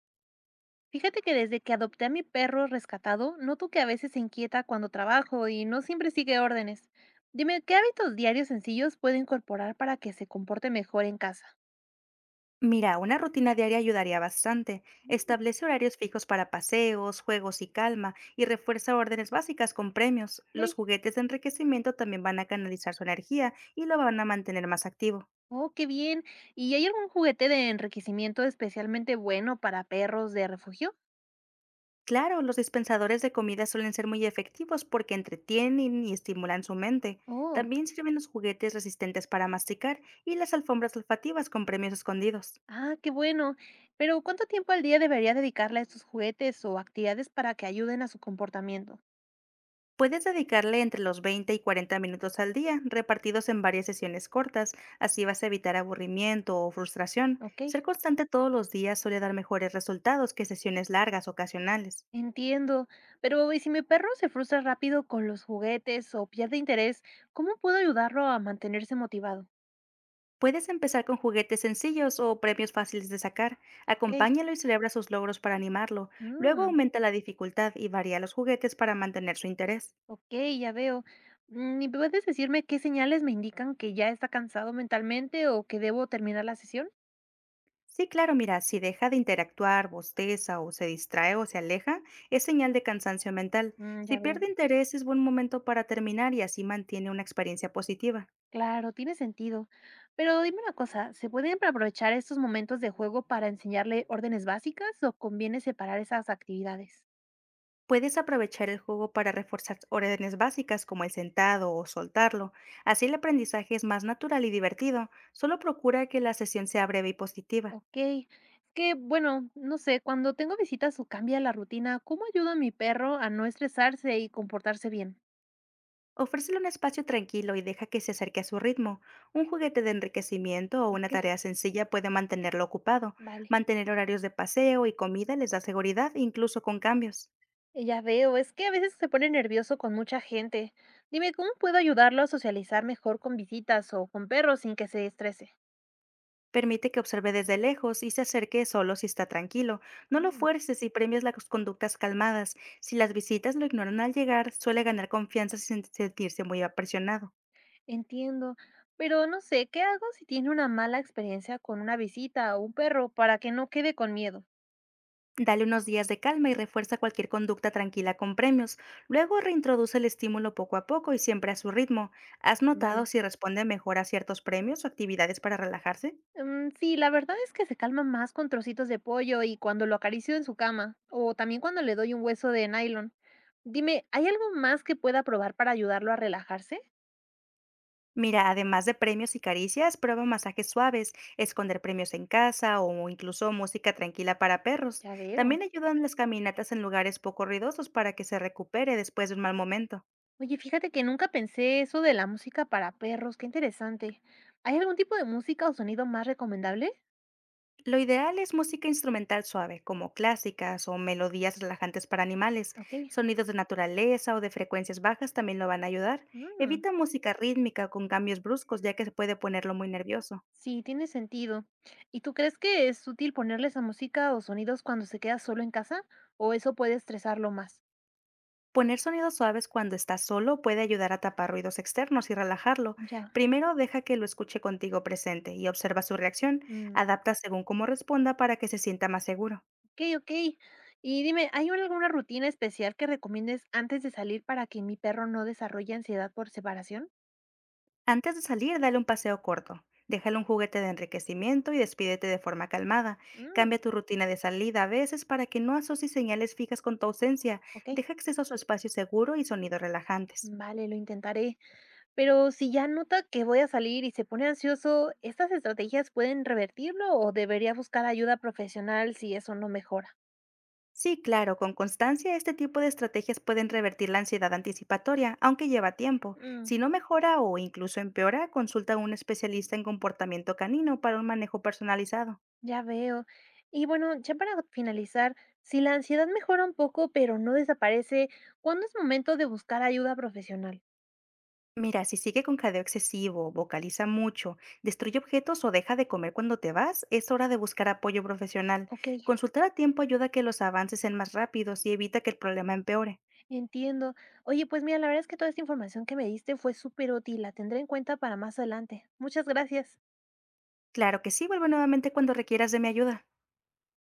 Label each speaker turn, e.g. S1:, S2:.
S1: Fíjate que desde que adopté a mi perro rescatado, noto que a veces se inquieta cuando trabajo y no siempre sigue órdenes. Dime, ¿qué hábitos diarios sencillos puedo incorporar para que se comporte mejor en casa?
S2: Mira, una rutina diaria ayudaría bastante.
S1: Mm,
S2: Establece horarios fijos para paseos, juegos y calma, y refuerza órdenes básicas con premios. Los
S1: ok.
S2: juguetes de enriquecimiento también van a canalizar su energía y lo van a mantener más activo.
S1: Oh, qué bien. ¿Y hay algún juguete de enriquecimiento especialmente bueno para perros de refugio?
S2: Claro, los dispensadores de comida suelen ser muy efectivos porque entretienen y estimulan su mente.
S1: Oh,
S2: También sirven los juguetes resistentes para masticar y las alfombras olfativas con premios escondidos.
S1: ah, qué bueno. Pero ¿cuánto tiempo al día debería dedicarle a estos juguetes o actividades para que ayuden a su comportamiento?
S2: Puedes dedicarle entre los 20 y 40 minutos al día, repartidos en varias sesiones cortas, así vas a evitar aburrimiento o frustración.
S1: Ok.
S2: Ser constante todos los días suele dar mejores resultados que sesiones largas ocasionales.
S1: Entiendo, pero ¿y si mi perro se frustra rápido con los juguetes o pierde interés, cómo puedo ayudarlo a mantenerse motivado?
S2: Puedes empezar con juguetes sencillos o premios fáciles de sacar.
S1: Ok,
S2: Acompáñalo y celebra sus logros para animarlo. Luego
S1: mm,
S2: aumenta la dificultad y varía los juguetes para mantener su interés.
S1: ok, ya veo. Mm, ¿y puedes decirme qué señales me indican que ya está cansado mentalmente o que debo terminar la sesión?
S2: Sí, claro, mira, si deja de interactuar, bosteza o se distrae o se aleja, es señal de cansancio mental.
S1: Mm,
S2: Si
S1: ya veo.
S2: pierde interés, es buen momento para terminar y así mantiene una experiencia positiva.
S1: Claro, tiene sentido. Pero dime una cosa, ¿se pueden aprovechar estos momentos de juego para enseñarle órdenes básicas o conviene separar esas actividades?
S2: Puedes aprovechar el juego para reforzar órdenes básicas como el sentado o soltarlo. Así el aprendizaje es más natural y divertido. Solo procura que la sesión sea breve y positiva.
S1: Okey. Bueno, no sé, cuando tengo visitas o cambia la rutina, ¿cómo ayudo a mi perro a no estresarse y comportarse bien?
S2: Ofrécele un espacio tranquilo y deja que se acerque a su ritmo. Un juguete de enriquecimiento o una
S1: Ok,
S2: tarea sencilla puede mantenerlo ocupado.
S1: vale.
S2: Mantener horarios de paseo y comida les da seguridad, incluso con cambios.
S1: Ya veo, es que a veces se pone nervioso con mucha gente. Dime, ¿cómo puedo ayudarlo a socializar mejor con visitas o con perros sin que se estrese?
S2: Permite que observe desde lejos y se acerque solo si está tranquilo. No lo
S1: Mm.
S2: fuerces y premias las conductas calmadas. Si las visitas lo ignoran al llegar, suele ganar confianza sin sentirse muy apresionado.
S1: Entiendo, pero no sé, ¿qué hago si tiene una mala experiencia con una visita o un perro para que no quede con miedo?
S2: Dale unos días de calma y refuerza cualquier conducta tranquila con premios. Luego reintroduce el estímulo poco a poco y siempre a su ritmo. ¿Has notado
S1: Vale.
S2: si responde mejor a ciertos premios o actividades para relajarse?
S1: Mm, sí, la verdad es que se calma más con trocitos de pollo y cuando lo acaricio en su cama, o también cuando le doy un hueso de nylon. Dime, ¿hay algo más que pueda probar para ayudarlo a relajarse?
S2: Mira, además de premios y caricias, prueba masajes suaves, esconder premios en casa o incluso música tranquila para perros.
S1: Ya veo.
S2: También ayudan las caminatas en lugares poco ruidosos para que se recupere después de un mal momento.
S1: Oye, fíjate que nunca pensé eso de la música para perros, qué interesante. ¿Hay algún tipo de música o sonido más recomendable?
S2: Lo ideal es música instrumental suave, como clásicas o melodías relajantes para animales.
S1: Ok.
S2: Sonidos de naturaleza o de frecuencias bajas también lo van a ayudar.
S1: Mm,
S2: Evita música rítmica con cambios bruscos, ya que se puede ponerlo muy nervioso.
S1: sí, tiene sentido. ¿Y tú crees que es útil ponerle esa música o sonidos cuando se queda solo en casa? ¿O eso puede estresarlo más?
S2: Poner sonidos suaves cuando estás solo puede ayudar a tapar ruidos externos y relajarlo.
S1: Ya.
S2: Primero deja que lo escuche contigo presente y observa su reacción.
S1: Mm.
S2: Adapta según cómo responda para que se sienta más seguro.
S1: Okey, okey. Y dime, ¿hay alguna rutina especial que recomiendes antes de salir para que mi perro no desarrolle ansiedad por separación?
S2: Antes de salir, dale un paseo corto. Déjale un juguete de enriquecimiento y despídete de forma calmada.
S1: Mm,
S2: Cambia tu rutina de salida a veces para que no asocies señales fijas con tu ausencia.
S1: okey,
S2: Deja acceso a su espacio seguro y sonidos relajantes.
S1: vale, lo intentaré. Pero si ya nota que voy a salir y se pone ansioso, ¿estas estrategias pueden revertirlo o debería buscar ayuda profesional si eso no mejora?
S2: Sí, claro, con constancia este tipo de estrategias pueden revertir la ansiedad anticipatoria, aunque lleva tiempo.
S1: Mm,
S2: Si no mejora o incluso empeora, consulta a un especialista en comportamiento canino para un manejo personalizado.
S1: ya veo. Y bueno, ya para finalizar, si la ansiedad mejora un poco, pero no desaparece, ¿cuándo es momento de buscar ayuda profesional?
S2: Mira, si sigue con jadeo excesivo, vocaliza mucho, destruye objetos o deja de comer cuando te vas, es hora de buscar apoyo profesional.
S1: Okey.
S2: Consultar a tiempo ayuda a que los avances sean más rápidos y evita que el problema empeore.
S1: Entiendo. Oye, pues mira, la verdad es que toda esta información que me diste fue súper útil, la tendré en cuenta para más adelante. Muchas gracias.
S2: Claro que sí, vuelve nuevamente cuando requieras de mi ayuda.